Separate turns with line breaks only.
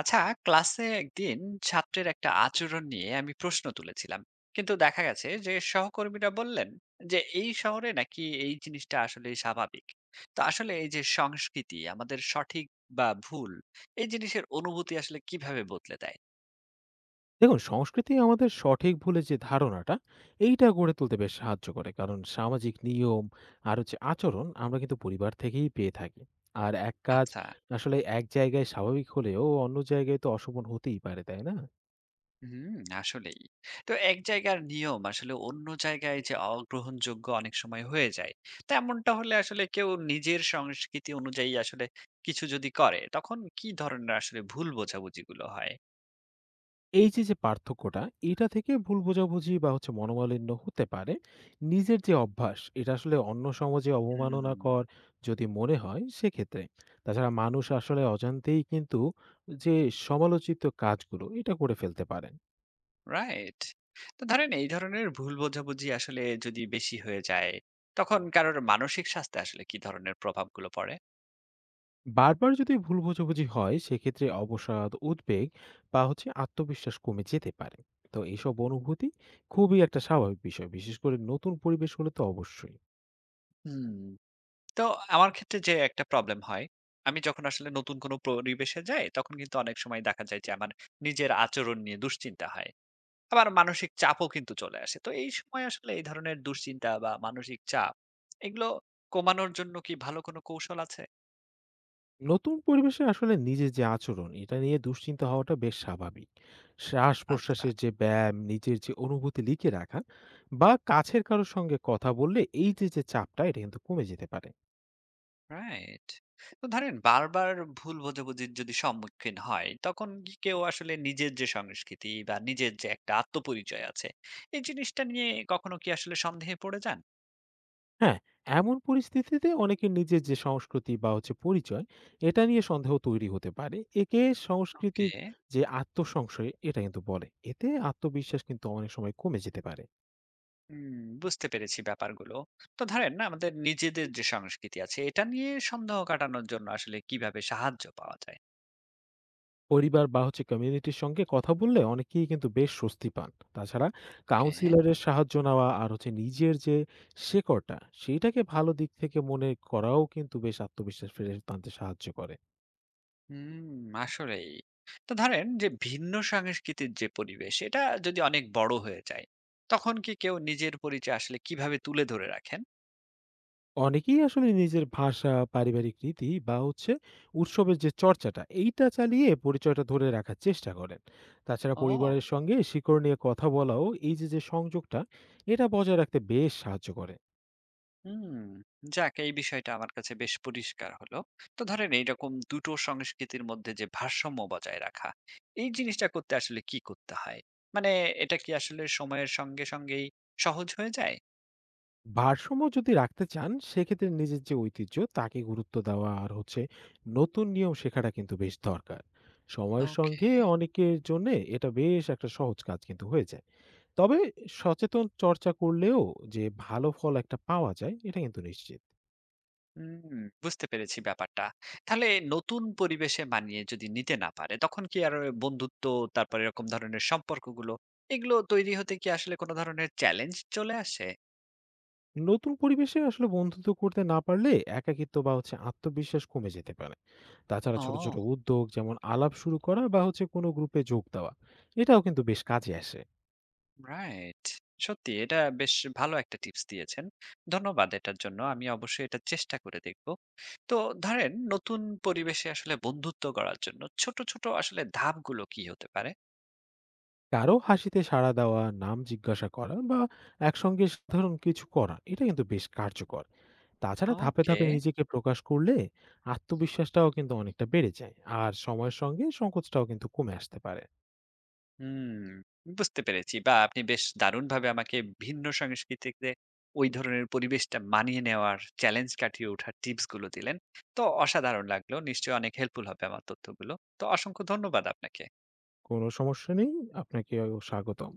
আচ্ছা, ক্লাসে একদিন ছাত্রের একটা আচরণ নিয়ে আমি প্রশ্ন তুলেছিলাম, কিন্তু দেখা গেছে যে সহকর্মীরা বললেন যে এই শহরে নাকি এই জিনিসটা আসলে স্বাভাবিক। তো আসলে এই যে সংস্কৃতি আমাদের সঠিক বা ভুল এই জিনিসের অনুভূতি আসলে কিভাবে বদলে দেয়?
দেখুন, সংস্কৃতি আমাদের সঠিক ভুলের যে ধারণাটা, এইটা গড়ে তুলতে বেশ সাহায্য করে। কারণ সামাজিক নিয়ম আর হচ্ছে আচরণ আমরা কিন্তু পরিবার থেকেই পেয়ে থাকি। আর এক কাজ
আচ্ছা।
আসলে এক জায়গায় স্বাভাবিক হলেও অন্য জায়গায় তো অশোভন হতেই পারে, তাই না?
হুম, আসলেই। তো এক জায়গার নিয়ম আসলে অন্য জায়গায় যে অগ্রহণযোগ্য অনেক সময় হয়ে যায়। তেমনটা হলে আসলে কেউ নিজের সংস্কৃতি অনুযায়ী আসলে কিছু যদি করে, তখন কি ধরনের আসলে ভুল বোঝাবুঝিগুলো হয়?
এই যে, যে পার্থক্যটা, এটা থেকে ভুল বোঝাবুঝি বা হচ্ছে মনোমালিন্য হতে পারে। নিজের যে অভ্যাস, এটা আসলে অন্য সমাজে
হুম।
অবমাননাকর যদি মনে হয়, সেক্ষেত্রে। তাছাড়া মানুষ আসলে অজান্তেই কিন্তু যে সমালোচিত কাজগুলো, এটা করে ফেলতে পারেন।
রাইট। তো ধরেন এই ধরনের ভুল বোঝাবুঝি আসলে যদি বেশি হয়ে যায়, তখন কারোর মানসিক স্বাস্থ্যে আসলে কি ধরনের প্রভাবগুলো পড়ে?
বারবার যদি ভুল বোঝাবুঝি হয়, সেক্ষেত্রে অবসাদ, উদ্বেগ বা হচ্ছে আত্মবিশ্বাস কমে যেতে পারে। তো এইসব অনুভূতি খুবই একটা স্বাভাবিক বিষয়। বিশেষ করে নতুন পরিবেশ হলে তো অবশ্যই।
হুম। তো আমার ক্ষেত্রে যে একটা প্রবলেম হয়, আমি যখন আসলে নতুন কোনো পরিবেশে যাই, তখন কিন্তু অনেক সময় দেখা যায় যে আমার নিজের আচরণ নিয়ে দুশ্চিন্তা হয়। আবার মানসিক চাপও কিন্তু চলে আসে। তো এই সময় আসলে এই ধরনের দুশ্চিন্তা বা মানসিক চাপ, এগুলো কমানোর জন্য কি ভালো কোনো কৌশল আছে?
নতুন পরিবেশে আসলে নিজের যে আচরণ এটা নিয়ে দুশ্চিন্তা হওয়াটা বেশ স্বাভাবিক। শ্বাস
আচ্ছা।
প্রশ্বাসের যে ব্যায়াম, নিজের যে অনুভূতি লিখে রাখা বা কাছের কারোর সঙ্গে কথা বললে এই যে যে চাপটা, এটা কিন্তু কমে যেতে পারে।
রাইট। তো ধরেন বারবার ভুল বোঝাবুঝির যদি সম্মুখীন হয়, তখন কি কেউ আসলে নিজের যে সংস্কৃতি বা নিজের যে একটা আত্মপরিচয় আছে, এই জিনিসটা নিয়ে কখনো কি আসলে সন্দেহে পড়ে যান?
হ্যাঁ, এমন পরিস্থিতিতে অনেকের নিজের যে সংস্কৃতি বা হচ্ছে পরিচয়, এটা নিয়ে সন্দেহ তৈরি হতে পারে। একে
ওকে।
সাংস্কৃতিক যে আত্মসংশয় এটা কিন্তু বলে। এতে আত্মবিশ্বাস কিন্তু অনেক সময় কমে যেতে পারে।
হুম, বুঝতে পেরেছি ব্যাপারগুলো। তো ধরেন না আমাদের নিজেদের যে সংস্কৃতি আছে এটা নিয়ে সন্দেহ কাটানোর জন্য আসলে কিভাবে সাহায্য পাওয়া যায়?
পরিবার বা হচ্ছে কমিউনিটির সঙ্গে কথা বললে অনেকেই কিন্তু বেশ স্বস্তি পান। তাছাড়া
ওকে।
কাউন্সিলরের সাহায্য নেওয়া আর হচ্ছে নিজের যে শেকড়টা, সেইটাকে ভালো দিক থেকে মনে করাও কিন্তু বেশ আত্মবিশ্বাস ফিরে আনতে সাহায্য করে।
হুম, আসলেই। তো ধরেন যে ভিন্ন সংস্কৃতির যে পরিবেশ এটা যদি অনেক বড় হয়ে যায়, তখন কি কেউ নিজের পরিচয় আসলে কিভাবে তুলে ধরে রাখেন?
অনেকেই আসলে নিজের ভাষা, পারিবারিক রীতি বা হচ্ছে উৎসবের যে চর্চাটা, এইটা চালিয়ে পরিচয়টা ধরে রাখার চেষ্টা করেন। তাছাড়া
ও।
পরিবারের সঙ্গে শিকড় নিয়ে কথা বলাও এই যে যে সংযোগটা, এটা বজায় রাখতে বেশ সাহায্য করে।
হুম, যাক এই বিষয়টা আমার কাছে বেশ পরিষ্কার হলো। তো ধরেন এইরকম দুটো সংস্কৃতির মধ্যে যে ভারসাম্য বজায় রাখা, এই জিনিসটা করতে আসলে কি করতে হয়? মানে এটা কি আসলে সময়ের সঙ্গে সঙ্গেই সহজ হয়ে যায়?
ভারসাম্য যদি রাখতে চান, সেক্ষেত্রে নিজের যে ঐতিহ্য তাকে গুরুত্ব দেওয়া আর হচ্ছে নতুন নিয়ম শেখাটা কিন্তু বেশ দরকার। সময়ের
ওকে।
সঙ্গে অনেকের জন্য এটা বেশ একটা সহজ কাজ কিন্তু হয়ে যায়। তবে সচেতন চর্চা করলেও যে ভালো ফল একটা পাওয়া যায়, এটা কিন্তু নিশ্চিত।
হুম, বুঝতে পেরেছি ব্যাপারটা। তাহলে নতুন পরিবেশে মানিয়ে যদি নিতে না পারে, তখন কি আর ওই বন্ধুত্ব তারপরে এরকম ধরনের সম্পর্কগুলো, এগুলো তৈরি হতে কি আসলে কোনো ধরনের চ্যালেঞ্জ চলে আসে?
নতুন পরিবেশে আসলে বন্ধুত্ব করতে না পারলে একাকিত্ব বা হচ্ছে আত্মবিশ্বাস কমে যেতে পারে। তাছাড়া ছোট ছোট
ও।
উদ্যোগ, যেমন আলাপ শুরু করা বা হচ্ছে কোনো গ্রুপে যোগ দেওয়া, এটাও কিন্তু বেশ কাজে আসে।
রাইট। সত্যি এটা বেশ ভালো একটা টিপস দিয়েছেন। ধন্যবাদ এটার জন্য। আমি অবশ্যই এটা চেষ্টা করে দেখব। তো ধরেন নতুন পরিবেশে আসলে বন্ধুত্ব করার জন্য ছোট, ছোট আসলে ধাপগুলো কি হতে পারে?
কারো হাসিতে সাড়া দেওয়া, নাম জিজ্ঞাসা করা বা একসঙ্গে সাধারণ কিছু করা, এটা কিন্তু বেশ কার্যকর। তাছাড়া ধাপে,
ওকে।
ধাপে নিজেকে প্রকাশ করলে আত্মবিশ্বাসটাও কিন্তু অনেকটা বেড়ে যায়। আর সময়ের সঙ্গে সংকোচটাও কিন্তু কমে আসতে পারে।
হুম, বুঝতে পেরেছি। বা আপনি বেশ দারুণভাবে আমাকে ভিন্ন সংস্কৃতিতে ওই ধরনের পরিবেশটা মানিয়ে নেওয়ার, চ্যালেঞ্জ কাটিয়ে ওঠার টিপস গুলো দিলেন। তো অসাধারণ লাগলো। নিশ্চয়ই অনেক হেল্পফুল হবে আমার তথ্যগুলো। তো অসংখ্য ধন্যবাদ আপনাকে।
কোনো সমস্যা নেই। আপনাকেও স্বাগতম।